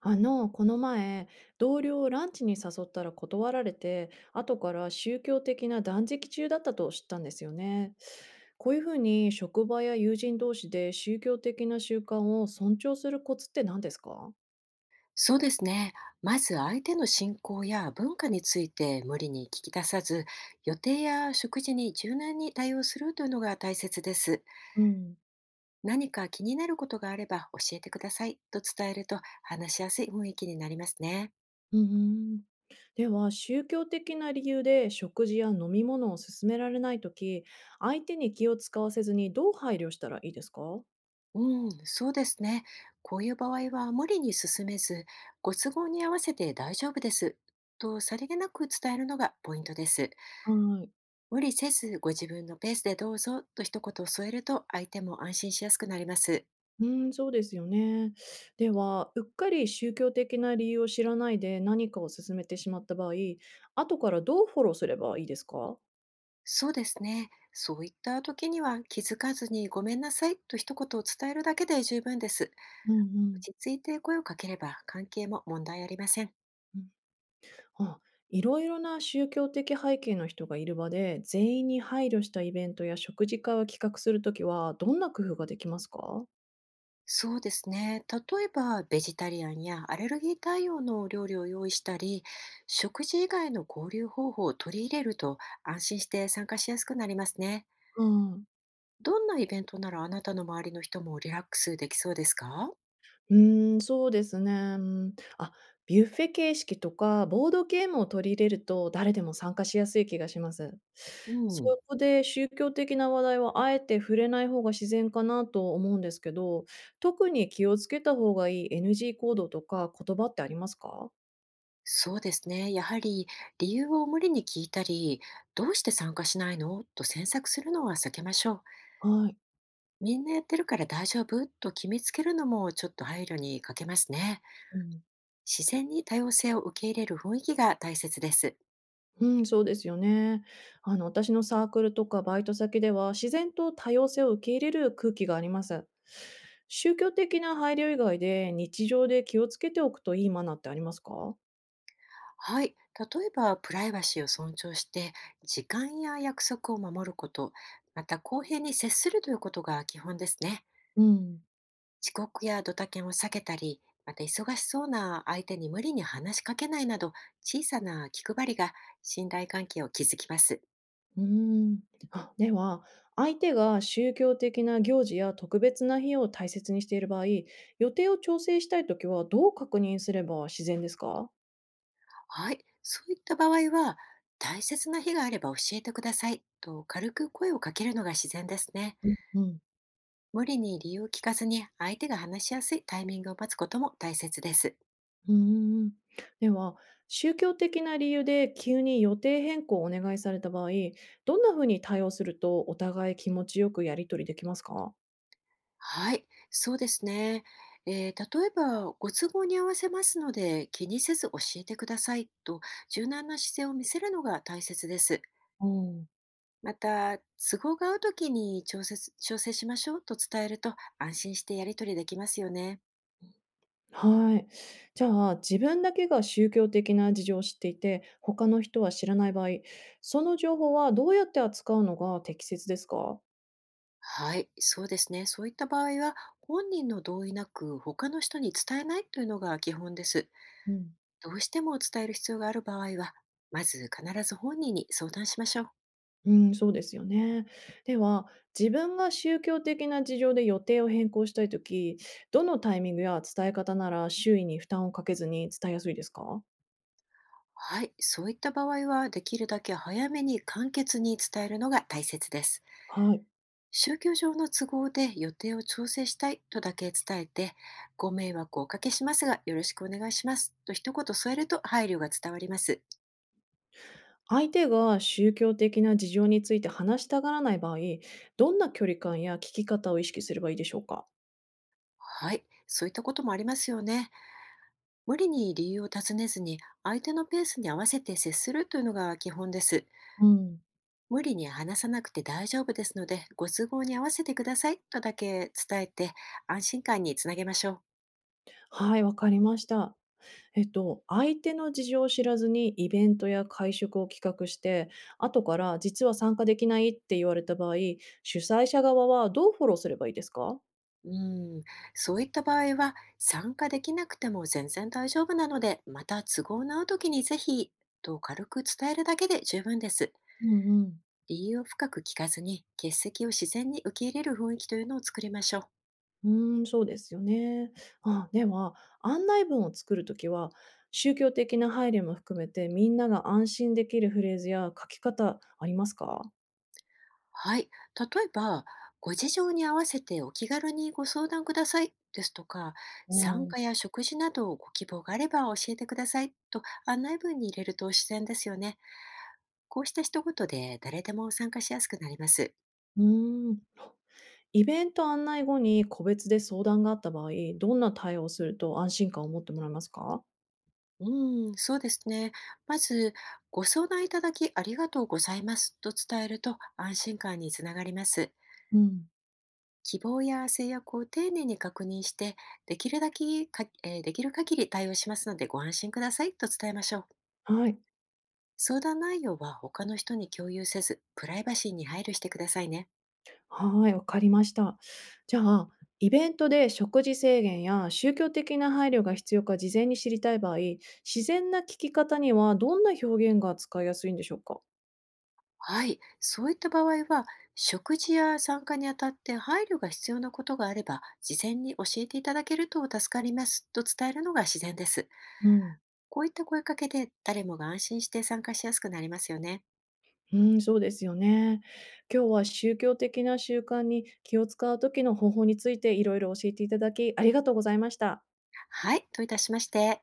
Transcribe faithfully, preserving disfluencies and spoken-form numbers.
あの、この前、同僚をランチに誘ったら断られて、後から宗教的な断食中だったと知ったんですよね。こういうふうに職場や友人同士で宗教的な習慣を尊重するコツって何ですか？そうですね。まず相手の信仰や文化について無理に聞き出さず、予定や食事に柔軟に対応するというのが大切です。うん。何か気になることがあれば教えてくださいと伝えると話しやすい雰囲気になりますね。うんうん。では、宗教的な理由で食事や飲み物を勧められないとき、相手に気を使わせずにどう配慮したらいいですか？うん、そうですね。こういう場合は無理に進めず、ご都合に合わせて大丈夫ですとさりげなく伝えるのがポイントです。は。無理せずご自分のペースでどうぞと一言添えると相手も安心しやすくなります。うーん、そうですよね。では、うっかり宗教的な理由を知らないで何かを勧めてしまった場合、後からどうフォローすればいいですか？そうですね。そういった時には気づかずにごめんなさいと一言を伝えるだけで十分です。うんう落ん。ち着いて声をかければ関係も問題ありません。うん、あ、いろいろな宗教的背景の人がいる場で、全員に配慮したイベントや食事会を企画するときは、どんな工夫ができますか？そうですね。例えばベジタリアンやアレルギー対応の料理を用意したり、食事以外の交流方法を取り入れると安心して参加しやすくなりますね。うん。どんなイベントならあなたの周りの人もリラックスできそうですか？うーん、そうですね。うん。あ、ビュッフェ形式とか、ボードゲームを取り入れると、誰でも参加しやすい気がします。うん。そこで宗教的な話題はあえて触れない方が自然かなと思うんですけど、特に気をつけた方がいい エヌジー 行動とか言葉ってありますか？そうですね。やはり理由を無理に聞いたり、どうして参加しないのと詮索するのは避けましょう。はい。みんなやってるから大丈夫と決めつけるのもちょっと配慮に欠けますね。自然に多様性を受け入れる雰囲気が大切です。うん、そうですよね。あの、私のサークルとかバイト先では、自然と多様性を受け入れる空気があります。宗教的な配慮以外で、日常で気をつけておくといいマナーってありますか？はい。例えば、プライバシーを尊重して、時間や約束を守ること、また公平に接するということが基本ですね。うん。遅刻やドタキャンを避けたり、また忙しそうな相手に無理に話しかけないなど、小さな気配りが信頼関係を築きます。うーん。あ、では、相手が宗教的な行事や特別な日を大切にしている場合、予定を調整したいときは、どう確認すれば自然ですか？はい、そういった場合は、大切な日があれば教えてくださいと軽く声をかけるのが自然ですね。うん。無理に理由を聞かずに相手が話しやすいタイミングを待つことも大切です。うーん。では、宗教的な理由で急に予定変更をお願いされた場合、どんなふうに対応するとお互い気持ちよくやり取りできますか？はい、そうですね。えー例えば、ご都合に合わせますので、気にせず教えてくださいと、柔軟な姿勢を見せるのが大切です。おー。また、都合が合うときに調節、調整しましょうと伝えると、安心してやり取りできますよね。はい。じゃあ、自分だけが宗教的な事情を知っていて、他の人は知らない場合、その情報はどうやって扱うのが適切ですか？はい、そうですね。そういった場合は、本人の同意なく、他の人に伝えないというのが基本です。どうしても伝える必要がある場合は、まず必ず本人に相談しましょう。うん、そうですよね。では、自分が宗教的な事情で予定を変更したいとき、どのタイミングや伝え方なら周囲に負担をかけずに伝えやすいですか？はい、そういった場合はできるだけ早めに簡潔に伝えるのが大切です。はい。宗教上の都合で予定を調整したいとだけ伝えて、ご迷惑をおかけしますがよろしくお願いしますと一言添えると配慮が伝わります。相手が宗教的な事情について話したがらない場合、どんな距離感や聞き方を意識すればいいでしょうか？はい、そういったこともありますよね。無理に理由を尋ねずに相手のペースに合わせて接するというのが基本です。うん。無理に話さなくて大丈夫ですので、ご都合に合わせてくださいとだけ伝えて安心感につなげましょう。はい、わかりました。えっと、相手の事情を知らずにイベントや会食を企画して、後から実は参加できないって言われた場合、主催者側はどうフォローすればいいですか？うん、そういった場合は参加できなくても全然大丈夫なので、また都合の合う時にぜひと軽く伝えるだけで十分です。うんうん。理由を深く聞かずに欠席を自然に受け入れる雰囲気というのを作りましょう。うーん、そうですよね。あ、では、案内文を作るときは、宗教的な配慮も含めて、みんなが安心できるフレーズや書き方ありますか？はい。例えば、ご事情に合わせてお気軽にご相談くださいですとか、お参ー。加や食事などをご希望があれば教えてくださいと案内文に入れると自然ですよね。こうした一言で誰でも参加しやすくなります。うーん、イベント案内後に個別で相談があった場合、どんな対応をすると安心感を持ってもらえますか？うん、そうですね。まず、ご相談いただきありがとうございますと伝えると安心感につながります。うん。希望や制約を丁寧に確認して、できるだけか、えーできる限り対応しますのでご安心くださいと伝えましょう。はい。相談内容は他の人に共有せず、プライバシーに配慮してくださいね。はい、わかりました。じゃあ、イベントで食事制限や宗教的な配慮が必要か事前に知りたい場合、自然な聞き方にはどんな表現が使いやすいんでしょうか？はい。そういった場合は、食事や参加にあたって配慮が必要なことがあれば、事前に教えていただけると助かりますと伝えるのが自然です。うん。こういった声かけで誰もが安心して参加しやすくなりますよね。うん、そうですよね。今日は宗教的な習慣に気を使う時の方法についていろいろ教えていただき、ありがとうございました。はい、といたしまして。